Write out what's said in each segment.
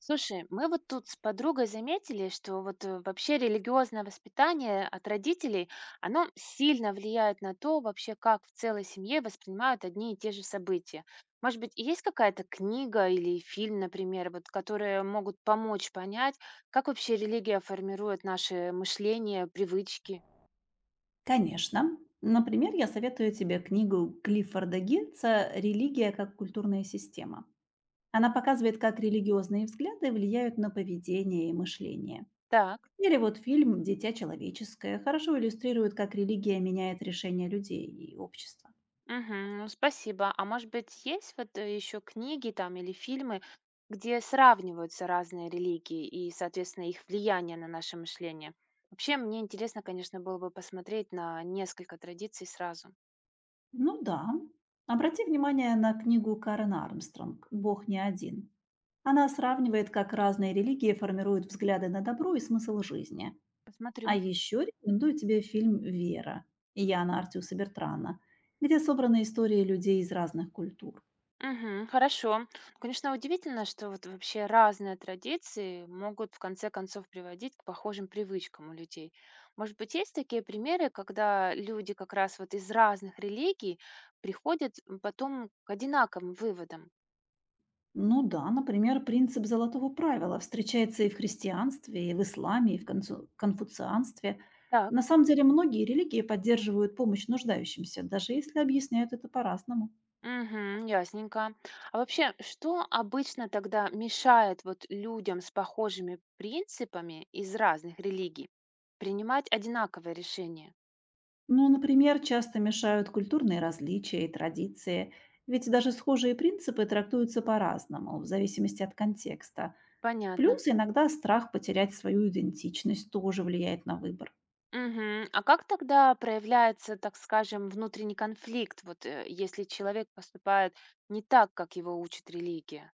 Слушай, мы вот тут с подругой заметили, что вот вообще религиозное воспитание от родителей, оно сильно влияет на то, вообще, как в целой семье воспринимают одни и те же события. Может быть, есть какая-то книга или фильм, например, вот, которые могут помочь понять, как вообще религия формирует наше мышление, привычки? Конечно. Например, я советую тебе книгу Клиффорда Гитца «Религия как культурная система». Она показывает, как религиозные взгляды влияют на поведение и мышление. Так. Или вот фильм «Дитя человеческое» хорошо иллюстрирует, как религия меняет решения людей и общества. Мгм. Ну, спасибо. А может быть, есть вот еще книги там или фильмы, где сравниваются разные религии и, соответственно, их влияние на наше мышление? Вообще, мне интересно, конечно, было бы посмотреть на несколько традиций сразу. Ну да. Обрати внимание на книгу Карен Армстронг «Бог не один». Она сравнивает, как разные религии формируют взгляды на добро и смысл жизни. А Посмотрю. еще рекомендую тебе фильм «Вера» Яна Артюса Бертрана, где собраны истории людей из разных культур. Мгм. Хорошо. Ну, конечно, удивительно, что вот вообще разные традиции могут в конце концов приводить к похожим привычкам у людей. Может быть, есть такие примеры, когда люди как раз вот из разных религий приходят потом к одинаковым выводам? Ну да, например, принцип золотого правила встречается и в христианстве, и в исламе, и в конфуцианстве. На Так. самом деле многие религии поддерживают помощь нуждающимся, даже если объясняют это по-разному. Угу, ясненько. А вообще, что обычно тогда мешает вот людям с похожими принципами из разных религий принимать одинаковые решения? Ну, например, часто мешают культурные различия и традиции, ведь даже схожие принципы трактуются по-разному, в зависимости от контекста. Понятно. Плюс иногда страх потерять свою идентичность тоже влияет на выбор. Мгм. А как тогда проявляется, так скажем, внутренний конфликт, вот если человек поступает не так, как его учит религия?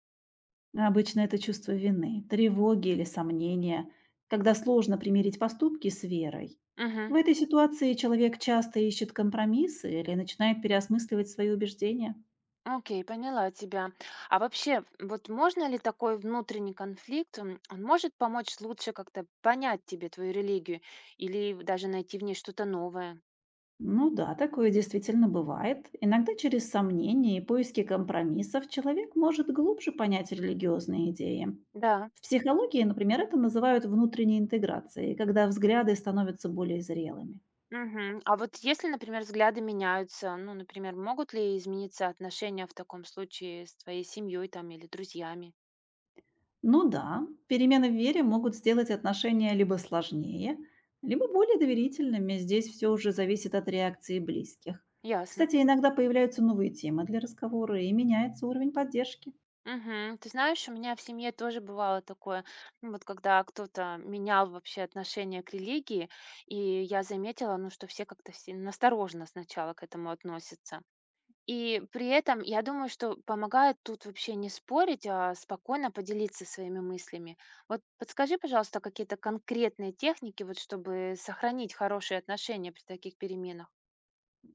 Обычно это чувство вины, тревоги или сомнения, когда сложно примирить поступки с верой. В Мгм. этой ситуации человек часто ищет компромиссы или начинает переосмысливать свои убеждения. Окей, поняла тебя. А вообще, вот можно ли такой внутренний конфликт, он может помочь лучше как-то понять тебе твою религию или даже найти в ней что-то новое? Ну да, такое действительно бывает. Иногда через сомнения и поиски компромиссов человек может глубже понять религиозные идеи. Да. В психологии, например, это называют внутренней интеграцией, когда взгляды становятся более зрелыми. Мгм. А вот если, например, взгляды меняются, ну, например, могут ли измениться отношения в таком случае с твоей семьей там или друзьями? Ну да, перемены в вере могут сделать отношения либо сложнее, либо более доверительными. Здесь все уже зависит от реакции близких. Ясно. Кстати, иногда появляются новые темы для разговора и меняется уровень поддержки. Мгм. Ты знаешь, у меня в семье тоже бывало такое, ну, вот когда кто-то менял вообще отношение к религии, и я заметила, ну, что все как-то все настороженно сначала к этому относятся. И при этом я думаю, что помогает тут вообще не спорить, а спокойно поделиться своими мыслями. Вот подскажи, пожалуйста, какие-то конкретные техники, вот чтобы сохранить хорошие отношения при таких переменах.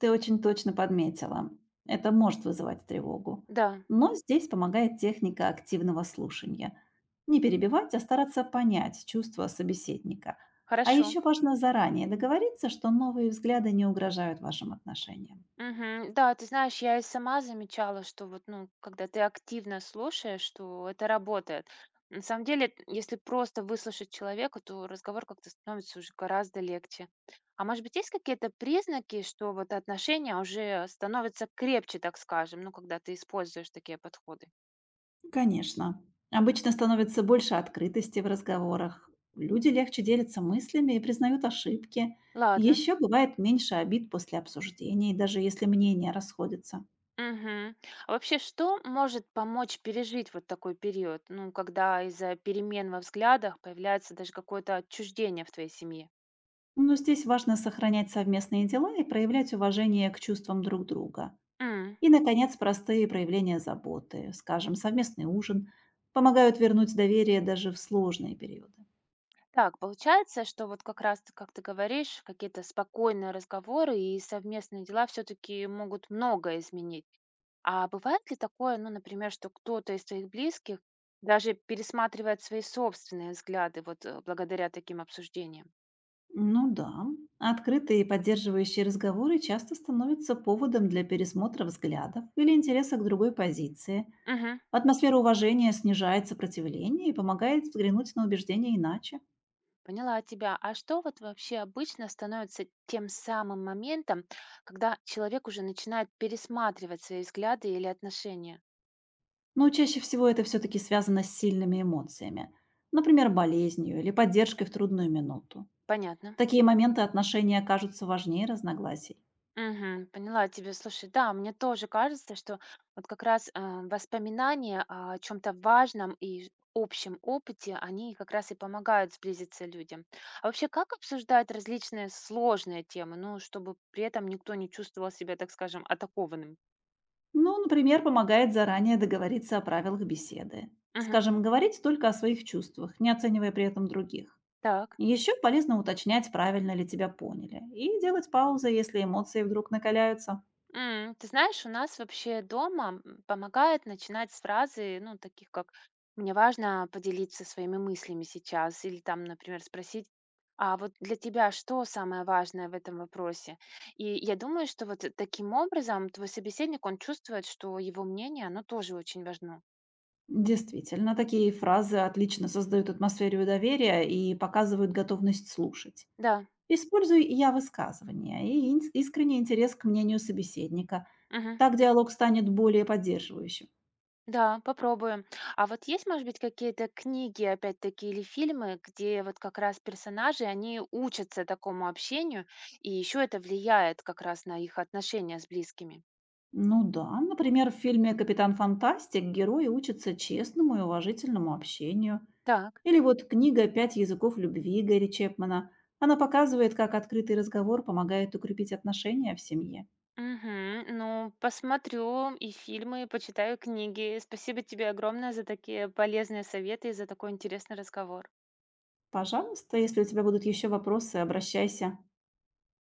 Ты очень точно подметила. Это может вызывать тревогу. Да, Но здесь помогает техника активного слушания. Не перебивать, а стараться понять чувства собеседника. А хорошо. еще важно заранее договориться, что новые взгляды не угрожают вашим отношениям. Мгм. Да, ты знаешь, я и сама замечала, что вот, ну, когда ты активно слушаешь, что это работает. На самом деле, если просто выслушать человека, то разговор как-то становится уже гораздо легче. А может быть, есть какие-то признаки, что вот отношения уже становятся крепче, так скажем, ну, когда ты используешь такие подходы? Конечно. Обычно становится больше открытости в разговорах. Люди легче делятся мыслями и признают ошибки. Ладно. Еще бывает меньше обид после обсуждений, даже если мнения расходятся. Мгм. А вообще, что может помочь пережить вот такой период, ну, когда из-за перемен во взглядах появляется даже какое-то отчуждение в твоей семье? Но здесь важно сохранять совместные дела и проявлять уважение к чувствам друг друга. М. И, наконец, простые проявления заботы, скажем, совместный ужин, помогают вернуть доверие даже в сложные периоды. Так, получается, что вот как раз, как ты говоришь, какие-то спокойные разговоры и совместные дела все-таки могут многое изменить. А бывает ли такое, ну, например, что кто-то из твоих близких даже пересматривает свои собственные взгляды вот благодаря таким обсуждениям? Ну да, открытые и поддерживающие разговоры часто становятся поводом для пересмотра взглядов или интереса к другой позиции. Мгм. Атмосфера уважения снижает сопротивление и помогает взглянуть на убеждения иначе. Поняла тебя. А что вот вообще обычно становится тем самым моментом, когда человек уже начинает пересматривать свои взгляды или отношения? Но чаще всего это все-таки связано с сильными эмоциями, например, болезнью или поддержкой в трудную минуту. В Понятно. такие моменты отношения кажутся важнее разногласий. Мгм. Поняла тебя. Слушай, да, мне тоже кажется, что вот как раз воспоминания о чем-то важном и общем опыте, они как раз и помогают сблизиться людям. А вообще, как обсуждать различные сложные темы, ну, чтобы при этом никто не чувствовал себя, так скажем, атакованным? Ну, например, помогает заранее договориться о правилах беседы. Мгм. Скажем, говорить только о своих чувствах, не оценивая при этом других. Так. Еще полезно уточнять, правильно ли тебя поняли, и делать паузы, если эмоции вдруг накаляются. М, ты знаешь, у нас вообще дома, м, помогает начинать с фразы, ну, таких как "мне важно поделиться своими мыслями сейчас" или там, например, спросить: "А вот для тебя что самое важное в этом вопросе?" И я думаю, что вот таким образом твой собеседник, он чувствует, что его мнение, оно тоже очень важно. Действительно, такие фразы отлично создают атмосферу доверия и показывают готовность слушать. Да. Используй «я» высказывания и искренний интерес к мнению собеседника. Мгм. Так диалог станет более поддерживающим. Да, попробуем. А вот есть, может быть, какие-то книги, опять-таки, или фильмы, где вот как раз персонажи, они учатся такому общению, и еще это влияет как раз на их отношения с близкими? Ну да, например, в фильме «Капитан Фантастик» герои учатся честному и уважительному общению. Так. Или вот книга «Пять языков любви» Гэри Чепмана. Она показывает, как открытый разговор помогает укрепить отношения в семье. Мгм. Ну, посмотрю и фильмы, и почитаю книги. Спасибо тебе огромное за такие полезные советы и за такой интересный разговор. Пожалуйста, если у тебя будут еще вопросы, обращайся.